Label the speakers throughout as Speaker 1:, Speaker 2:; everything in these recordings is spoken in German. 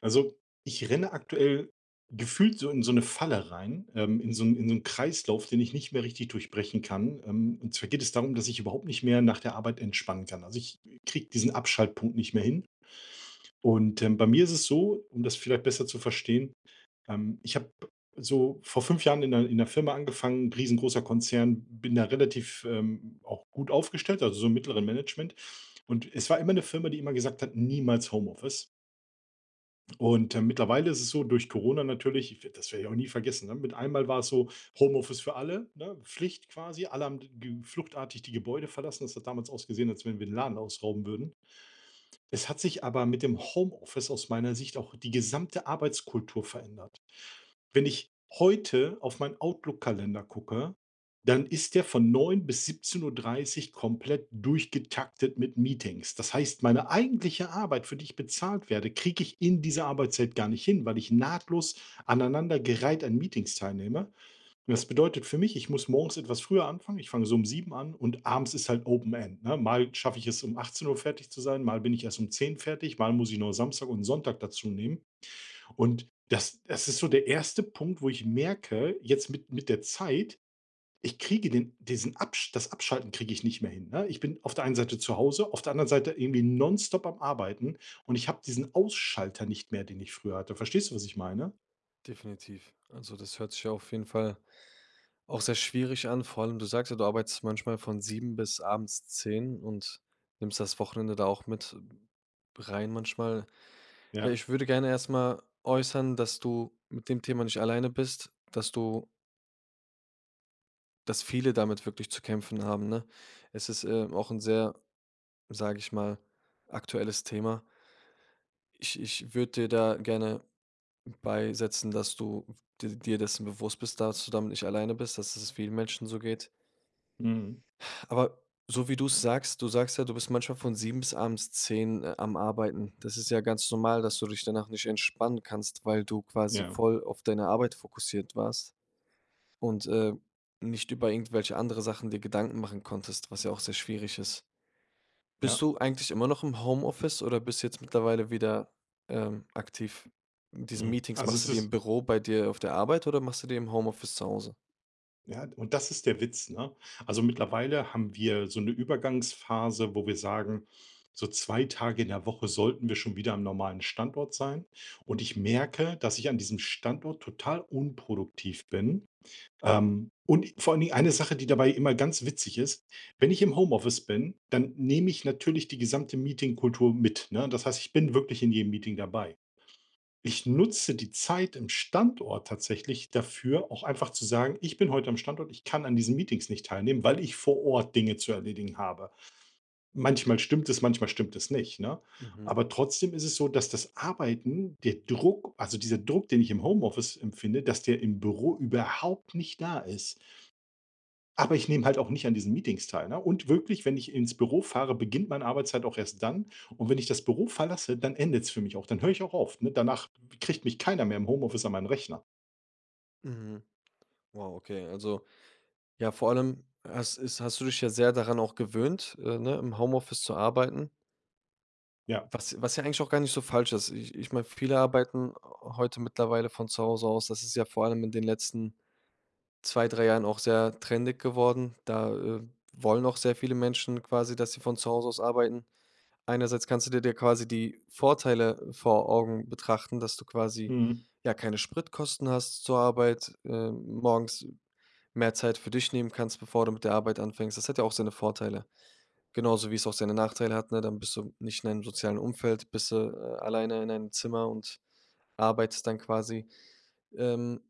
Speaker 1: Also, ich renne aktuell gefühlt so in so eine Falle rein, in so 'n Kreislauf, den ich nicht mehr richtig durchbrechen kann. Und zwar geht es darum, dass ich überhaupt nicht mehr nach der Arbeit entspannen kann. Also, ich kriege diesen Abschaltpunkt nicht mehr hin. Bei mir ist es so, um das vielleicht besser zu verstehen, ich habe so vor 5 Jahren in 'ner Firma angefangen, riesengroßer Konzern, bin da relativ, auch gut aufgestellt, also so im mittleren Management. Und es war immer eine Firma, die immer gesagt hat: „Niemals Homeoffice.“ Mittlerweile ist es so, durch Corona natürlich, ich werde das werde ich auch nie vergessen, ne? Mit einmal war es so: Homeoffice für alle, ne? Pflicht quasi. Alle haben g fluchtartig die Gebäude verlassen. Das hat damals ausgesehen, als wenn wir 'n Laden ausrauben würden. Es hat sich aber mit dem Homeoffice aus meiner Sicht auch die gesamte Arbeitskultur verändert. Wenn ich heute auf meinen Outlook-Kalender gucke, dann ist der von 9 bis 17:30 komplett durchgetaktet mit Meetings. Das heißt, meine eigentliche Arbeit, für die ich bezahlt werde, kriege ich in dieser Arbeitszeit gar nicht hin, weil ich nahtlos aneinandergereiht an Meetings teilnehme. Und das bedeutet für mich, ich muss morgens etwas früher anfangen. Ich fange so um 7 an und abends ist halt Open End, ne? Mal schaffe ich es, um 18 Uhr fertig zu sein, mal bin ich erst um 10 fertig, mal muss ich noch Samstag und Sonntag dazu nehmen. Und das ist so der erste Punkt, wo ich merke, jetzt mit der Zeit, ich kriege den diesen Absch das Abschalten kriege ich nicht mehr hin, ne? Ich bin auf der einen Seite zu Hause, auf der anderen Seite irgendwie nonstop am Arbeiten, und ich habe diesen Ausschalter nicht mehr, den ich früher hatte. Verstehst du, was ich meine?
Speaker 2: Definitiv. Also, das hört sich ja auf jeden Fall auch sehr schwierig an. Vor allem, du sagst ja, du arbeitest manchmal von 7 bis abends 22 Uhr und nimmst das Wochenende da auch mit rein manchmal. Ja,
Speaker 1: Ja.
Speaker 2: ich würde gerne erst mal äußern, dass du mit dem Thema nicht alleine bist, dass viele damit wirklich zu kämpfen haben, ne? Es ist, auch ein sehr, sage ich mal, aktuelles Thema. Ich würde dir da gerne Beisetzen, dass du di dir dessen bewusst bist, dass du damit nicht alleine bist, dass es vielen Menschen so geht.
Speaker 1: Mhm.
Speaker 2: Aber so wie du's sagst du sagst ja, du bist manchmal von 7 bis abends 22 Uhr am Arbeiten. Das ist ja ganz normal, dass du dich danach nicht entspannen kannst, weil du quasi
Speaker 1: Ja.
Speaker 2: voll auf deine Arbeit fokussiert warst und, nicht über irgendwelche andere Sachen dir Gedanken machen konntest, was ja auch sehr schwierig ist. Bist
Speaker 1: Ja.
Speaker 2: du eigentlich immer noch im Homeoffice oder bist jetzt mittlerweile wieder, aktiv? Diese
Speaker 1: Mhm.
Speaker 2: Meetings,
Speaker 1: Also,
Speaker 2: machst du
Speaker 1: es
Speaker 2: die im
Speaker 1: ist...
Speaker 2: Büro bei dir auf der Arbeit oder machst du die im Homeoffice zu Hause?
Speaker 1: Ja, und das ist der Witz, ne? Also, mittlerweile haben wir so eine Übergangsphase, wo wir sagen, so 2 Tage in der Woche sollten wir schon wieder am normalen Standort sein. Und ich merke, dass ich an diesem Standort total unproduktiv bin. Und vor allen Dingen eine Sache, die dabei immer ganz witzig ist: Wenn ich im Homeoffice bin, dann nehme ich natürlich die gesamte Meetingkultur mit, ne? Das heißt, ich bin wirklich in jedem Meeting dabei. Ich nutze die Zeit im Standort tatsächlich dafür, auch einfach zu sagen: „Ich bin heute am Standort, ich kann an diesen Meetings nicht teilnehmen, weil ich vor Ort Dinge zu erledigen habe.“ manchmal stimmt es nicht, ne?
Speaker 2: Mhm,
Speaker 1: Aber trotzdem ist es so, dass das Arbeiten, der Druck, also dieser Druck, den ich im Homeoffice empfinde, dass der im Büro überhaupt nicht da ist. Aber ich nehme halt auch nicht an diesen Meetings teil, ne? Und wirklich, wenn ich ins Büro fahre, beginnt meine Arbeitszeit auch erst dann. Und wenn ich das Büro verlasse, dann endet es für mich auch. Dann höre ich auch auf, ne? Danach kriegt mich keiner mehr im Homeoffice an meinen Rechner.
Speaker 2: mhm. Wow, okay. Also, ja, vor allem hast du dich ja sehr daran auch gewöhnt, ne, im Homeoffice zu arbeiten,
Speaker 1: Ja.
Speaker 2: was ja eigentlich auch gar nicht so falsch ist. Ich meine, viele arbeiten heute mittlerweile von zu Hause aus. Das ist ja vor allem in den letzten 2 3 Jahren auch sehr trendig geworden. Da, wollen auch sehr viele Menschen quasi, dass sie von zu Hause aus arbeiten. Einerseits kannst du dir quasi die Vorteile vor Augen betrachten, dass du quasi,
Speaker 1: Mhm.
Speaker 2: ja, keine Spritkosten hast zur Arbeit, morgens mehr Zeit für dich nehmen kannst, bevor du mit der Arbeit anfängst. Das hat ja auch seine Vorteile. Genauso wie es auch seine Nachteile hat, ne? Dann bist du nicht in einem sozialen Umfeld, bist du, alleine in einem Zimmer und arbeitest dann quasi. Ähm,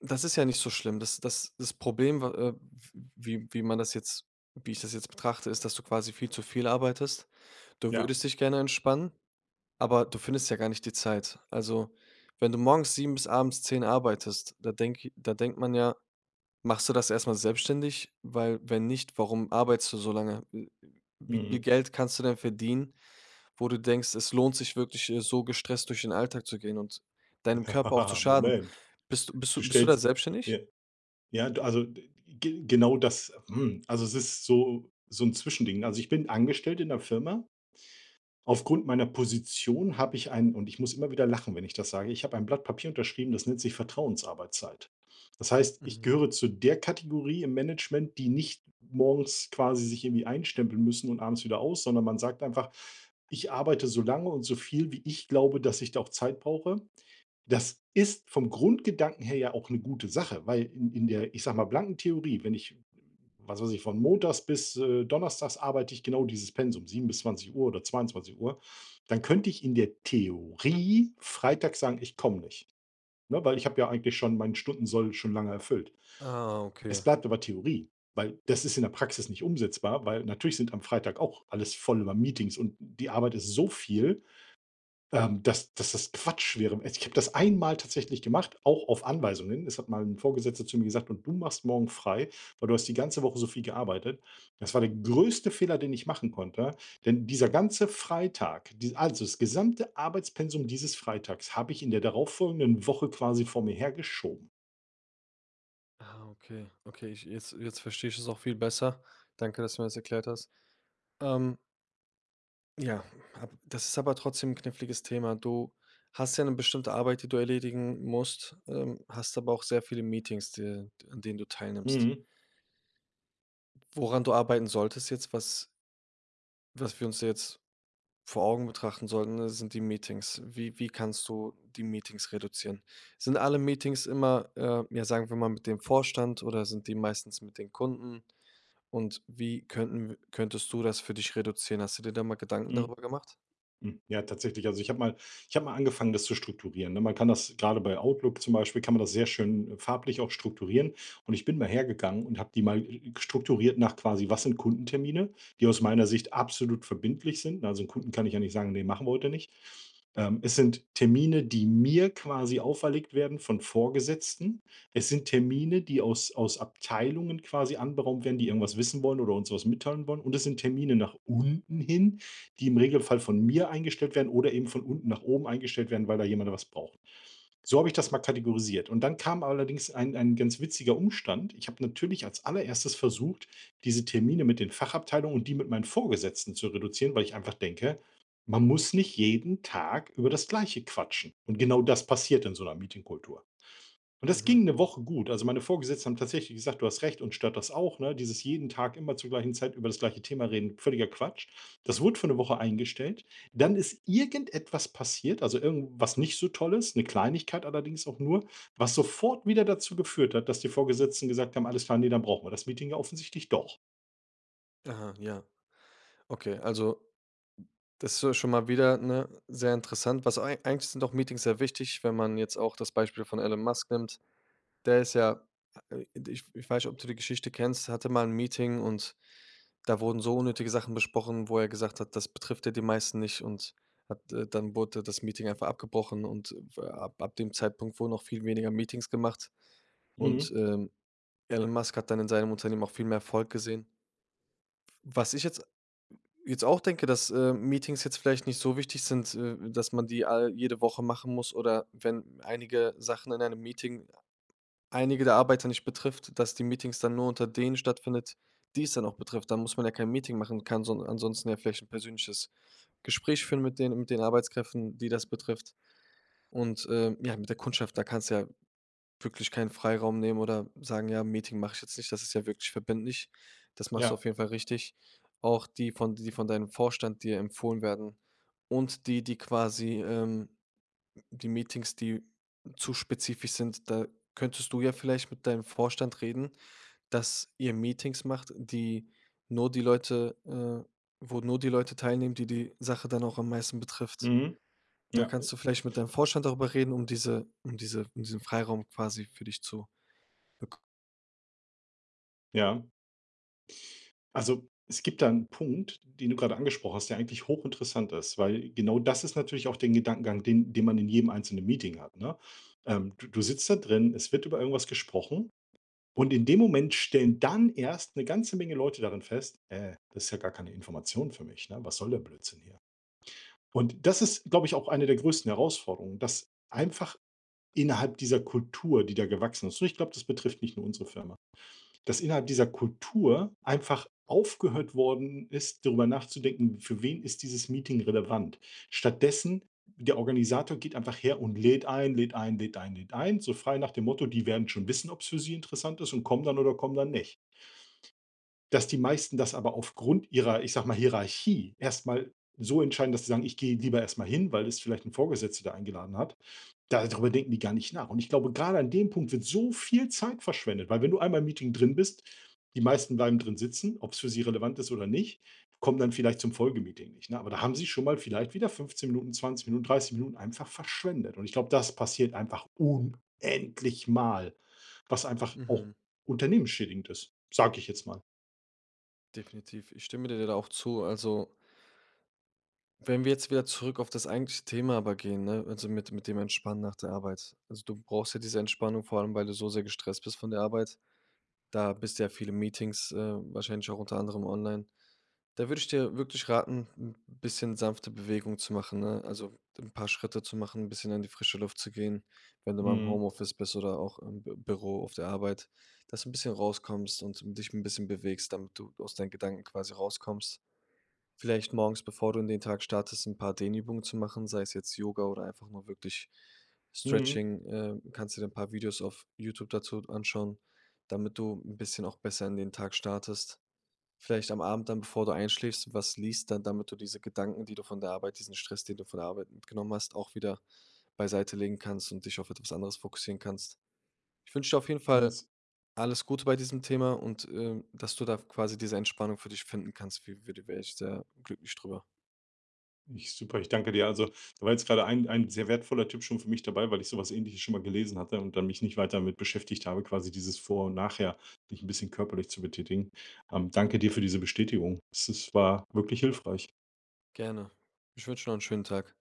Speaker 2: das ist ja nicht so schlimm. Das Problem, wa wie man das jetzt wie ich das jetzt betrachte, ist, dass du quasi viel zu viel arbeitest. Du
Speaker 1: Ja.
Speaker 2: würdest dich gerne entspannen, aber du findest ja gar nicht die Zeit. Also, wenn du morgens 7 bis abends 22 Uhr arbeitest, da denke da denkt man ja: „Machst du das erstmal selbstständig? Weil wenn nicht, warum arbeitest du so lange?“ W wie viel
Speaker 1: Mhm.
Speaker 2: Geld kannst du denn verdienen, wo du denkst, es lohnt sich wirklich, so gestresst durch den Alltag zu gehen und deinem Körper auch zu schaden?
Speaker 1: Moment.
Speaker 2: Bist du bist du
Speaker 1: Du
Speaker 2: bist du da
Speaker 1: stellst
Speaker 2: selbstständig?
Speaker 1: ja, ja, d also, ge genau das... hm, also, es ist so so ein Zwischending. Also, ich bin angestellt in der Firma. Aufgrund meiner Position habe ich ein, und ich muss immer wieder lachen, wenn ich das sage, ich habe ein Blatt Papier unterschrieben, das nennt sich Vertrauensarbeitszeit. Das heißt, ich
Speaker 2: Mhm.
Speaker 1: gehöre zu der Kategorie im Management, die nicht morgens quasi sich irgendwie einstempeln müssen und abends wieder aus, sondern man sagt einfach: „Ich arbeite so lange und so viel, wie ich glaube, dass ich da auch Zeit brauche.“ Das ist vom Grundgedanken her ja auch eine gute Sache, weil in der, ich sage mal, blanken Theorie, wenn ich, was weiß ich, von montags bis, donnerstags arbeite ich genau dieses Pensum, 7 bis 20 Uhr oder 22 Uhr, dann könnte ich in der Theorie Freitag sagen: „Ich komme nicht“, ne, weil ich habe ja eigentlich schon meinen Stundensoll schon lange erfüllt.
Speaker 2: Ah, okay.
Speaker 1: Es bleibt aber Theorie, weil das ist in der Praxis nicht umsetzbar, weil natürlich sind am Freitag auch alles voll über Meetings und die Arbeit ist so viel, dass das Quatsch wäre. Also, ich habe das einmal tatsächlich gemacht, auch auf Anweisung hin. Es hat mal ein Vorgesetzter zu mir gesagt: „Und du machst morgen frei, weil du hast die ganze Woche so viel gearbeitet.“ Das war der größte Fehler, den ich machen konnte, denn dieser ganze Freitag, die, also das gesamte Arbeitspensum dieses Freitags habe ich in der darauffolgenden Woche quasi vor mir hergeschoben.
Speaker 2: Ah, okay. Okay, ich jetzt jetzt verstehe ich es auch viel besser. Danke, dass du mir das erklärt hast. Ähm, ja, ab das ist aber trotzdem ein kniffliges Thema. Du hast ja eine bestimmte Arbeit, die du erledigen musst, hast aber auch sehr viele Meetings, de an denen du teilnimmst.
Speaker 1: Mhm,
Speaker 2: Woran du arbeiten solltest jetzt, was wir uns jetzt vor Augen betrachten sollten, ne, sind die Meetings. Wie kannst du die Meetings reduzieren? Sind alle Meetings immer, ja, sagen wir mal, mit dem Vorstand oder sind die meistens mit den Kunden? Und wie könnten könntest du das für dich reduzieren? Hast du dir da mal Gedanken
Speaker 1: mhm.
Speaker 2: darüber gemacht?
Speaker 1: Hm, ja, tatsächlich. Also, ich habe mal angefangen, das zu strukturieren, ne? Man kann das, gerade bei Outlook zum Beispiel, kann man das sehr schön farblich auch strukturieren. Und ich bin mal hergegangen und habe die mal strukturiert nach quasi: Was sind Kundentermine, die aus meiner Sicht absolut verbindlich sind? Also, 'n Kunden kann ich ja nicht sagen: „Nee, machen wir heute nicht.“ Es sind Termine, die mir quasi auferlegt werden von Vorgesetzten. Es sind Termine, die aus Abteilungen quasi anberaumt werden, die irgendwas wissen wollen oder uns was mitteilen wollen. Und es sind Termine nach unten hin, die im Regelfall von mir eingestellt werden oder eben von unten nach oben eingestellt werden, weil da jemand was braucht. So habe ich das mal kategorisiert. Und dann kam allerdings ein ganz witziger Umstand. Ich habe natürlich als allererstes versucht, diese Termine mit den Fachabteilungen und die mit meinen Vorgesetzten zu reduzieren, weil ich einfach denke, man muss nicht jeden Tag über das Gleiche quatschen. Und genau das passiert in so einer Meetingkultur. Und das
Speaker 2: Mhm.
Speaker 1: ging eine Woche gut. Also, meine Vorgesetzten haben tatsächlich gesagt: „Du hast recht, und stört das auch, ne, dieses jeden Tag immer zur gleichen Zeit über das gleiche Thema reden, völliger Quatsch.“ Das wurde für eine Woche eingestellt. Dann ist irgendetwas passiert, also irgendwas nicht so Tolles, eine Kleinigkeit allerdings auch nur, was sofort wieder dazu geführt hat, dass die Vorgesetzten gesagt haben: „Alles klar, ne, dann brauchen wir das Meeting ja offensichtlich doch.“
Speaker 2: Aha, ja. Okay, also das ist ja schon mal wieder, ne, sehr interessant. Was ei eigentlich sind auch Meetings sehr wichtig, wenn man jetzt auch das Beispiel von Elon Musk nimmt. Der ist ja ich weiß nicht, ob du die Geschichte kennst, hatte mal ein Meeting und da wurden so unnötige Sachen besprochen, wo er gesagt hat, das betrifft ja die meisten nicht und hat dann wurde das Meeting einfach abgebrochen und w ab ab dem Zeitpunkt wurden auch viel weniger Meetings gemacht und,
Speaker 1: Mhm.
Speaker 2: Elon Musk hat dann in seinem Unternehmen auch viel mehr Erfolg gesehen. Was ich jetzt auch denke, dass, Meetings jetzt vielleicht nicht so wichtig sind, dass man die all jede Woche machen muss oder wenn einige Sachen in einem Meeting einige der Arbeiter nicht betrifft, dass die Meetings dann nur unter denen stattfindet, die es dann auch betrifft. Dann muss man ja kein Meeting machen, kann son ansonsten ja vielleicht ein persönliches Gespräch führen mit den Arbeitskräften, die das betrifft. Und, ja, mit der Kundschaft, da kannst du ja wirklich keinen Freiraum nehmen oder sagen: „Ja, Meeting mache ich jetzt nicht.“ Das ist ja wirklich verbindlich. Das machst du
Speaker 1: Ja.
Speaker 2: auf jeden Fall richtig. Auch die von deinem Vorstand dir empfohlen werden und die, die quasi, die Meetings, die zu spezifisch sind, da könntest du ja vielleicht mit deinem Vorstand reden, dass ihr Meetings macht, die nur die Leute, äh wo nur die Leute teilnehmen, die die Sache dann auch am meisten betrifft.
Speaker 1: Mhm.
Speaker 2: Da
Speaker 1: Ja.
Speaker 2: kannst du vielleicht mit deinem Vorstand darüber reden, um diesen Freiraum quasi für dich zu Bek
Speaker 1: Ja. Also, es gibt da einen Punkt, den du gerade angesprochen hast, der eigentlich hochinteressant ist, weil genau das ist natürlich auch der Gedankengang, den man in jedem einzelnen Meeting hat, ne? Du sitzt da drin, es wird über irgendwas gesprochen, und in dem Moment stellen dann erst eine ganze Menge Leute darin fest: das ist ja gar keine Information für mich, ne? Was soll der Blödsinn hier?“ Und das ist, glaube ich, auch eine der größten Herausforderungen, dass einfach innerhalb dieser Kultur, die da gewachsen ist, und ich glaube, das betrifft nicht nur unsere Firma, dass innerhalb dieser Kultur einfach aufgehört worden ist, darüber nachzudenken, für wen ist dieses Meeting relevant. Stattdessen, der Organisator geht einfach her und lädt ein, lädt ein, lädt ein, lädt ein, so frei nach dem Motto, die werden schon wissen, ob es für sie interessant ist, und kommen dann oder kommen dann nicht. Dass die meisten das aber aufgrund ihrer, ich sage mal, Hierarchie erstmal so entscheiden, dass sie sagen: „Ich gehe lieber erstmal hin, weil es vielleicht ein Vorgesetzter da eingeladen hat.“ Da darüber denken die gar nicht nach. Und ich glaube, gerade an dem Punkt wird so viel Zeit verschwendet, weil wenn du einmal im Meeting drin bist, die meisten bleiben drin sitzen, ob es für sie relevant ist oder nicht, kommen dann vielleicht zum Folgemeeting nicht, ne? Aber da haben sie schon mal vielleicht wieder 15 Minuten, 20 Minuten, 30 Minuten einfach verschwendet. Und ich glaube, das passiert einfach unendlich mal, was einfach auch
Speaker 2: Mhm,
Speaker 1: unternehmensschädigend ist, sage ich jetzt mal.
Speaker 2: definitiv. Ich stimme dir da auch zu. Also, wenn wir jetzt wieder zurück auf das eigentliche Thema aber gehen, ne, also mit dem Entspannen nach der Arbeit. Also, du brauchst ja diese Entspannung, vor allem, weil du so sehr gestresst bist von der Arbeit. Da bist ja viele Meetings, wahrscheinlich auch unter anderem online. Da würde ich dir wirklich raten, ein bisschen sanfte Bewegung zu machen, ne? Also, ein paar Schritte zu machen, ein bisschen in die frische Luft zu gehen, wenn du mal im
Speaker 1: Mhm.
Speaker 2: Homeoffice bist oder auch im Bü Büro auf der Arbeit, dass du ein bisschen rauskommst und dich ein bisschen bewegst, damit du aus deinen Gedanken quasi rauskommst. Vielleicht morgens, bevor du in den Tag startest, ein paar Dehnübungen zu machen, sei es jetzt Yoga oder einfach nur wirklich
Speaker 1: Mhm.
Speaker 2: Stretching, kannst du dir ein paar Videos auf YouTube dazu anschauen, damit du ein bisschen auch besser in den Tag startest, vielleicht am Abend dann, bevor du einschläfst, was liest, dann damit du diese Gedanken, die du von der Arbeit, diesen Stress, den du von der Arbeit mitgenommen hast, auch wieder beiseite legen kannst und dich auf etwas anderes fokussieren kannst. Ich wünsche dir auf jeden
Speaker 1: Ja,
Speaker 2: Fall
Speaker 1: ist
Speaker 2: alles Gute bei diesem Thema und, dass du da quasi diese Entspannung für dich finden kannst, w würde wäre ich sehr glücklich drüber.
Speaker 1: ich super, ich danke dir. Also, da war jetzt gerade ein sehr wertvoller Tipp schon für mich dabei, weil ich sowas Ähnliches schon mal gelesen hatte und dann mich nicht weiter damit beschäftigt habe, quasi dieses Vor und Nachher, dich ein bisschen körperlich zu betätigen. Danke dir für diese Bestätigung. Es war wirklich hilfreich.
Speaker 2: Gerne. Ich wünsche noch einen schönen Tag.